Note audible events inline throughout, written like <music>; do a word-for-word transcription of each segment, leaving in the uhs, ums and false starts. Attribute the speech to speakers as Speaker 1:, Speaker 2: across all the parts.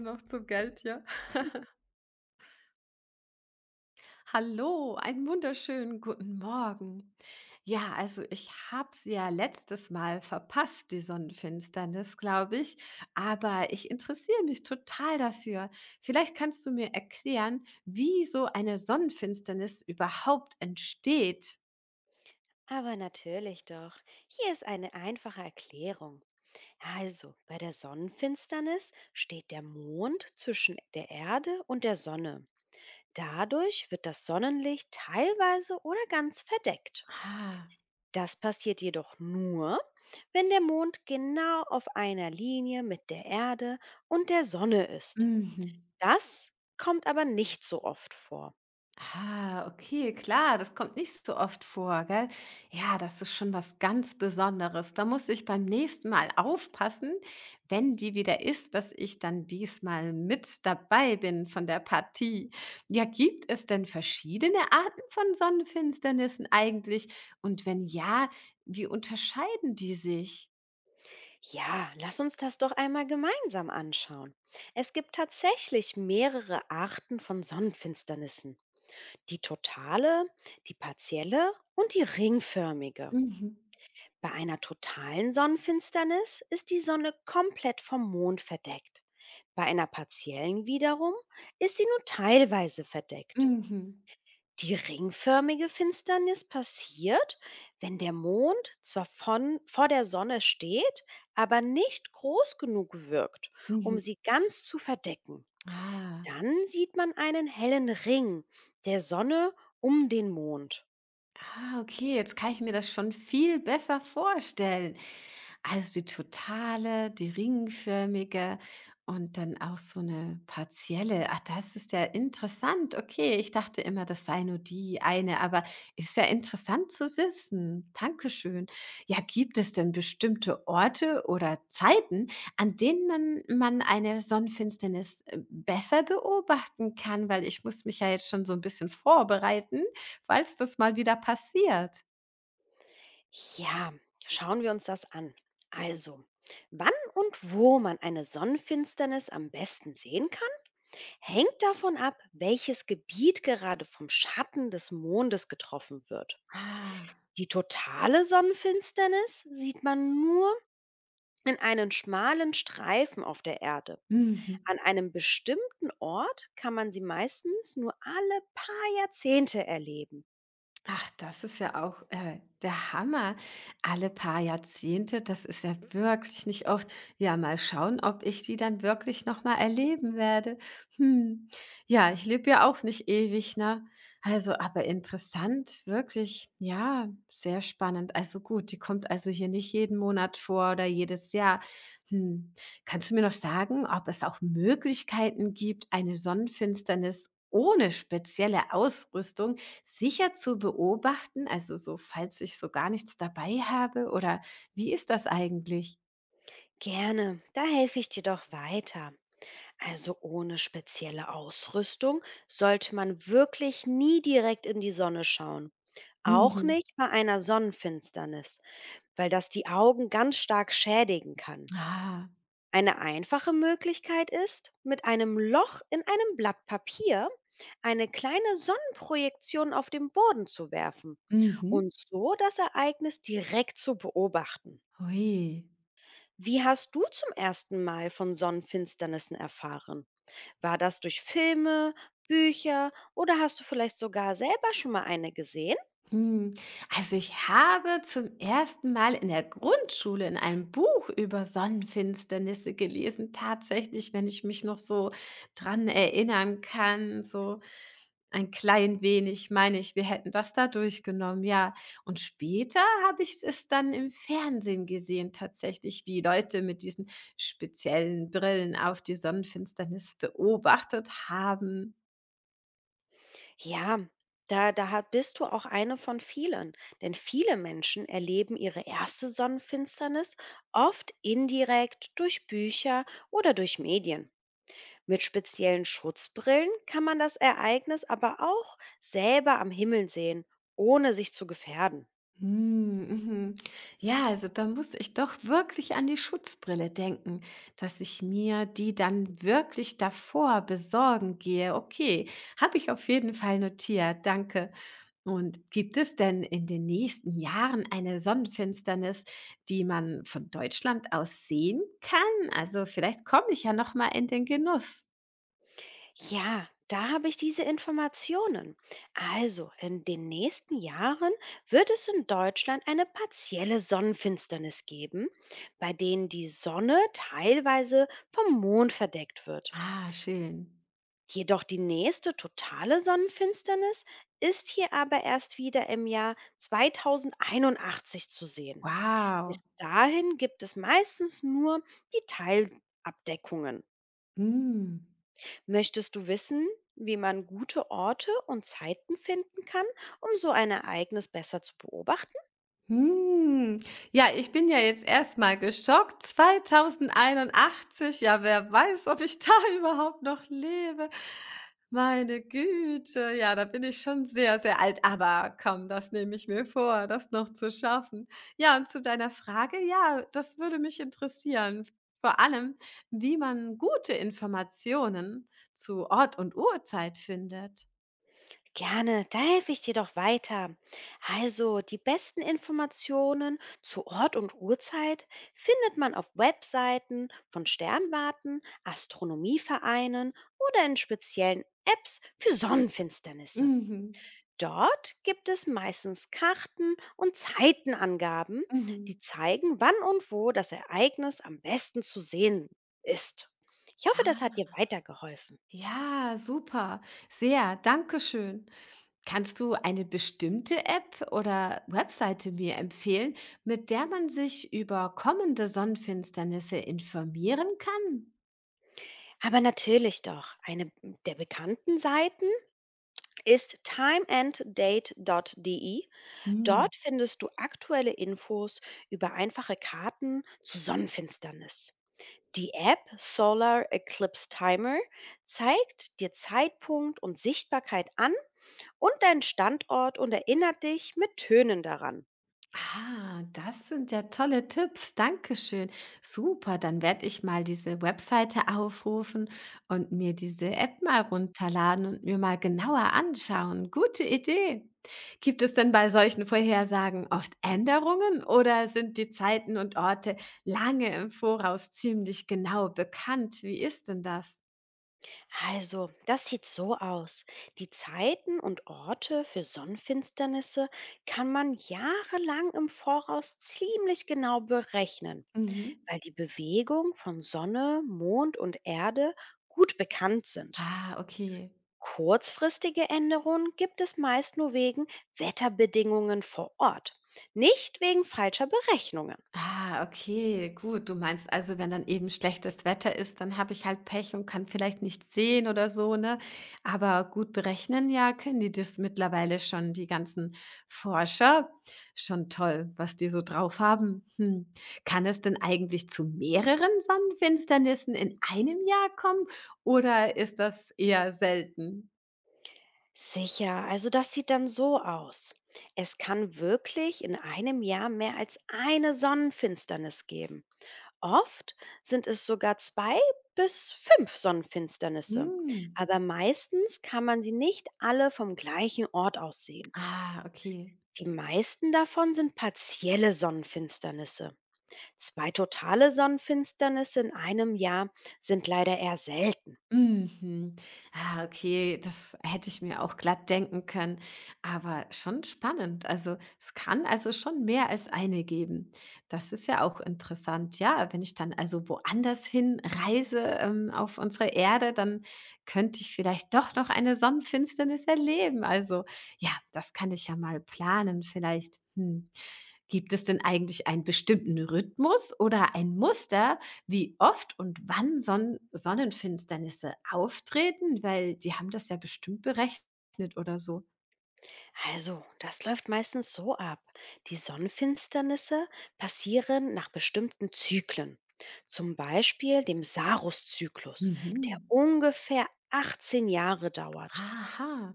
Speaker 1: Noch zum Geld, ja. Hallo, einen wunderschönen guten Morgen. Ja, also ich habe es ja letztes Mal verpasst, die Sonnenfinsternis, glaube ich, aber ich interessiere mich total dafür. Vielleicht kannst du mir erklären, wie so eine Sonnenfinsternis überhaupt entsteht.
Speaker 2: Aber natürlich doch. Hier ist eine einfache Erklärung. Also, bei der Sonnenfinsternis steht der Mond zwischen der Erde und der Sonne. Dadurch wird das Sonnenlicht teilweise oder ganz verdeckt.
Speaker 1: Ah,
Speaker 2: Das passiert jedoch nur, wenn der Mond genau auf einer Linie mit der Erde und der Sonne ist.
Speaker 1: mhm.
Speaker 2: Das kommt aber nicht so oft vor.
Speaker 1: Ah, okay, klar, das kommt nicht so oft vor, gell? Ja, das ist schon was ganz Besonderes. Da muss ich beim nächsten Mal aufpassen, wenn die wieder ist, dass ich dann diesmal mit dabei bin von der Partie. Ja, gibt es denn verschiedene Arten von Sonnenfinsternissen eigentlich? Und wenn ja, wie unterscheiden die sich?
Speaker 2: Ja, lass uns das doch einmal gemeinsam anschauen. Es gibt tatsächlich mehrere Arten von Sonnenfinsternissen. Die totale, die partielle und die ringförmige.
Speaker 1: Mhm,
Speaker 2: Bei einer totalen Sonnenfinsternis ist die Sonne komplett vom Mond verdeckt. Bei einer partiellen wiederum ist sie nur teilweise verdeckt.
Speaker 1: mhm,
Speaker 2: Die ringförmige Finsternis passiert, wenn der Mond zwar von, vor der Sonne steht, aber nicht groß genug wirkt, um
Speaker 1: mhm.
Speaker 2: sie ganz zu verdecken.
Speaker 1: Ah.
Speaker 2: Dann sieht man einen hellen Ring der Sonne um den Mond.
Speaker 1: Ah, okay, jetzt kann ich mir das schon viel besser vorstellen. Also die totale, die ringförmige und dann auch so eine partielle. Ach, das ist ja interessant. Okay, ich dachte immer, das sei nur die eine, aber ist ja interessant zu wissen. Dankeschön. Ja, gibt es denn bestimmte Orte oder Zeiten, an denen man man eine Sonnenfinsternis, äh, besser beobachten kann? Weil ich muss mich ja jetzt schon so ein bisschen vorbereiten. Falls das mal wieder passiert.
Speaker 2: Ja, schauen wir uns das an. Also, wann und wo man eine Sonnenfinsternis am besten sehen kann, hängt davon ab, welches Gebiet gerade vom Schatten des Mondes getroffen wird.
Speaker 1: Ah,
Speaker 2: Die totale Sonnenfinsternis sieht man nur in einen schmalen Streifen auf der Erde.
Speaker 1: mhm.
Speaker 2: An einem bestimmten Ort kann man sie meistens nur alle paar Jahrzehnte erleben.
Speaker 1: Ach, das ist ja auch, äh, der Hammer. Alle paar Jahrzehnte, das ist ja wirklich nicht oft. Ja, mal schauen, ob ich die dann wirklich noch mal erleben werde. Hm. Ja, ich lebe ja auch nicht ewig, ne? Also, aber interessant, wirklich. Ja, sehr spannend. Also gut, die kommt also hier nicht jeden Monat vor oder jedes Jahr. Hm. Kannst du mir noch sagen, ob es auch Möglichkeiten gibt, eine Sonnenfinsternis ohne spezielle Ausrüstung sicher zu beobachten, also so, falls ich so gar nichts dabei habe oder wie ist das eigentlich?
Speaker 2: Gerne, da helfe ich dir doch weiter. Also ohne spezielle Ausrüstung sollte man wirklich nie direkt in die Sonne schauen. Auch
Speaker 1: Mhm.
Speaker 2: nicht bei einer Sonnenfinsternis, weil das die Augen ganz stark schädigen kann.
Speaker 1: Ah.
Speaker 2: Eine einfache Möglichkeit ist, mit einem Loch in einem Blatt Papier eine kleine Sonnenprojektion auf den Boden zu werfen
Speaker 1: Mhm.
Speaker 2: und so das Ereignis direkt zu beobachten.
Speaker 1: Ui.
Speaker 2: Wie hast du zum ersten Mal von Sonnenfinsternissen erfahren? War das durch Filme, Bücher oder hast du vielleicht sogar selber schon mal eine gesehen?
Speaker 1: Hm. Also ich habe zum ersten Mal in der Grundschule in einem Buch über Sonnenfinsternisse gelesen, tatsächlich, wenn ich mich noch so dran erinnern kann, so ein klein wenig, meine ich, wir hätten das da durchgenommen, ja. Und später habe ich es dann im Fernsehen gesehen, tatsächlich, wie Leute mit diesen speziellen Brillen auf die Sonnenfinsternis beobachtet haben.
Speaker 2: Ja, da, da ha- bist du auch eine von vielen, denn viele Menschen erleben ihre erste Sonnenfinsternis oft indirekt durch Bücher oder durch Medien. Mit speziellen Schutzbrillen kann man das Ereignis aber auch selber am Himmel sehen, ohne sich zu gefährden.
Speaker 1: Hm, mhm. Ja, also da muss ich doch wirklich an die Schutzbrille denken, dass ich mir die dann wirklich davor besorgen gehe. Okay, habe ich auf jeden Fall notiert. Danke. Und gibt es denn in den nächsten Jahren eine Sonnenfinsternis, die man von Deutschland aus sehen kann? Also vielleicht komme ich ja noch mal in den Genuss.
Speaker 2: Ja, da habe ich diese Informationen. Also, in den nächsten Jahren wird es in Deutschland eine partielle Sonnenfinsternis geben, bei denen die Sonne teilweise vom Mond verdeckt wird.
Speaker 1: Ah, schön.
Speaker 2: Jedoch die nächste totale Sonnenfinsternis ist hier aber erst wieder im Jahr zweitausendeinundachtzig zu sehen. Bis
Speaker 1: Wow.
Speaker 2: dahin gibt es meistens nur die Teilabdeckungen.
Speaker 1: Hm.
Speaker 2: Möchtest du wissen, wie man gute Orte und Zeiten finden kann, um so ein Ereignis besser zu beobachten?
Speaker 1: Hm. Ja, ich bin ja jetzt erstmal geschockt. zwanzig einundachtzig, ja, wer weiß, ob ich da <laughs> überhaupt noch lebe. Meine Güte, ja, da bin ich schon sehr, sehr alt, aber komm, das nehme ich mir vor, das noch zu schaffen. Ja, und zu deiner Frage, ja, das würde mich interessieren. Vor allem, wie man gute Informationen zu Ort und Uhrzeit findet.
Speaker 2: Gerne, da helfe ich dir doch weiter. Also, die besten Informationen zu Ort und Uhrzeit findet man auf Webseiten von Sternwarten, Astronomievereinen oder in speziellen Apps für Sonnenfinsternisse.
Speaker 1: Mhm.
Speaker 2: Dort gibt es meistens Karten und Zeitenangaben, die
Speaker 1: Mhm.
Speaker 2: zeigen, wann und wo das Ereignis am besten zu sehen ist. Ich hoffe, das hat dir weitergeholfen.
Speaker 1: Ja, super. Sehr, danke schön. Kannst du eine bestimmte App oder Webseite mir empfehlen, mit der man sich über kommende Sonnenfinsternisse informieren kann?
Speaker 2: Aber natürlich doch, eine der bekannten Seiten ist timeanddate.de.
Speaker 1: Hm.
Speaker 2: Dort findest du aktuelle Infos über einfache Karten zu Sonnenfinsternis. Die App Solar Eclipse Timer zeigt dir Zeitpunkt und Sichtbarkeit an, und deinen Standort und erinnert dich mit Tönen daran.
Speaker 1: Ah, das sind ja tolle Tipps. Dankeschön. Super, dann werde ich mal diese Webseite aufrufen und mir diese App mal runterladen und mir mal genauer anschauen. Gute Idee. Gibt es denn bei solchen Vorhersagen oft Änderungen oder sind die Zeiten und Orte lange im Voraus ziemlich genau bekannt? Wie ist denn das?
Speaker 2: Also, das sieht so aus. Die Zeiten und Orte für Sonnenfinsternisse kann man jahrelang im Voraus ziemlich genau berechnen,
Speaker 1: Mhm.
Speaker 2: weil die Bewegung von Sonne, Mond und Erde gut bekannt sind.
Speaker 1: Ah, okay.
Speaker 2: Kurzfristige Änderungen gibt es meist nur wegen Wetterbedingungen vor Ort, nicht wegen falscher Berechnungen.
Speaker 1: Ah, okay, gut. Du meinst also, wenn dann eben schlechtes Wetter ist, dann habe ich halt Pech und kann vielleicht nichts sehen oder so, ne? Aber gut berechnen, ja, können die das mittlerweile schon, die ganzen Forscher. Schon toll, was die so drauf haben. Hm. Kann es denn eigentlich zu mehreren Sonnenfinsternissen in einem Jahr kommen oder ist das eher selten?
Speaker 2: Sicher, also das sieht dann so aus. Es kann wirklich in einem Jahr mehr als eine Sonnenfinsternis geben. Oft sind es sogar zwei bis fünf Sonnenfinsternisse.
Speaker 1: Hm.
Speaker 2: Aber meistens kann man sie nicht alle vom gleichen Ort aus sehen.
Speaker 1: Ah, okay.
Speaker 2: Die meisten davon sind partielle Sonnenfinsternisse. Zwei totale Sonnenfinsternisse in einem Jahr sind leider eher selten.
Speaker 1: Mhm. Ah, okay, das hätte ich mir auch glatt denken können, aber schon spannend. Also, es kann also schon mehr als eine geben. Das ist ja auch interessant. Ja, wenn ich dann also woanders hin reise, ähm, auf unsere Erde, dann könnte ich vielleicht doch noch eine Sonnenfinsternis erleben. Also, ja, das kann ich ja mal planen vielleicht. Hm. Gibt es denn eigentlich einen bestimmten Rhythmus oder ein Muster, wie oft und wann Sonn Sonnenfinsternisse auftreten? Weil die haben das ja bestimmt berechnet oder so.
Speaker 2: Also, das läuft meistens so ab. Die Sonnenfinsternisse passieren nach bestimmten Zyklen, zum Beispiel dem Sarus-Zyklus, der
Speaker 1: Mhm.
Speaker 2: ungefähr achtzehn Jahre dauert.
Speaker 1: Aha.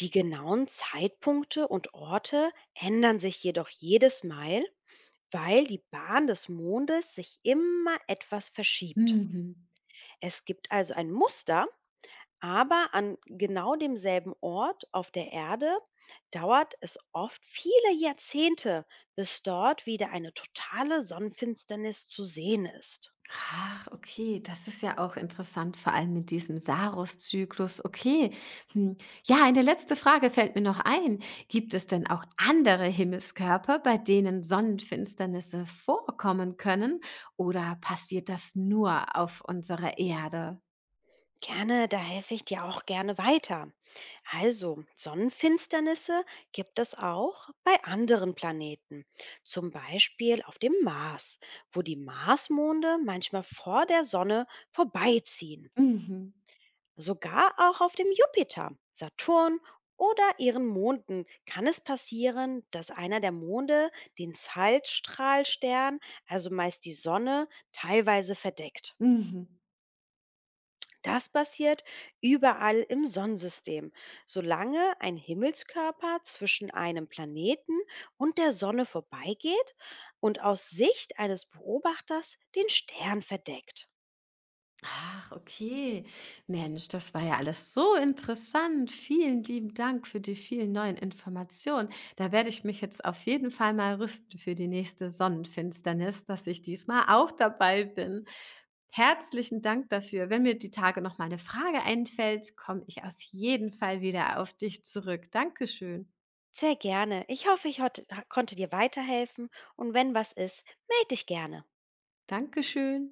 Speaker 2: Die genauen Zeitpunkte und Orte ändern sich jedoch jedes Mal, weil die Bahn des Mondes sich immer etwas verschiebt.
Speaker 1: Mhm.
Speaker 2: Es gibt also ein Muster, aber an genau demselben Ort auf der Erde dauert es oft viele Jahrzehnte, bis dort wieder eine totale Sonnenfinsternis zu sehen ist.
Speaker 1: Ach, okay, das ist ja auch interessant, vor allem mit diesem Saros-Zyklus. Okay. Hm. Ja, eine letzte Frage fällt mir noch ein. Gibt es denn auch andere Himmelskörper, bei denen Sonnenfinsternisse vorkommen können? Oder passiert das nur auf unserer Erde?
Speaker 2: Gerne, da helfe ich dir auch gerne weiter. Also, Sonnenfinsternisse gibt es auch bei anderen Planeten, zum Beispiel auf dem Mars, wo die Marsmonde manchmal vor der Sonne vorbeiziehen.
Speaker 1: Mhm.
Speaker 2: Sogar auch auf dem Jupiter, Saturn oder ihren Monden kann es passieren, dass einer der Monde den Zeitstrahlstern, also meist die Sonne, teilweise verdeckt.
Speaker 1: Mhm.
Speaker 2: Das passiert überall im Sonnensystem, solange ein Himmelskörper zwischen einem Planeten und der Sonne vorbeigeht und aus Sicht eines Beobachters den Stern verdeckt.
Speaker 1: Ach, okay. Mensch, das war ja alles so interessant. Vielen lieben Dank für die vielen neuen Informationen. Da werde ich mich jetzt auf jeden Fall mal rüsten für die nächste Sonnenfinsternis, dass ich diesmal auch dabei bin. Herzlichen Dank dafür. Wenn mir die Tage noch mal eine Frage einfällt, komme ich auf jeden Fall wieder auf dich zurück. Dankeschön.
Speaker 2: Sehr gerne. Ich hoffe, ich hot konnte dir weiterhelfen, und wenn was ist, melde dich gerne.
Speaker 1: Dankeschön.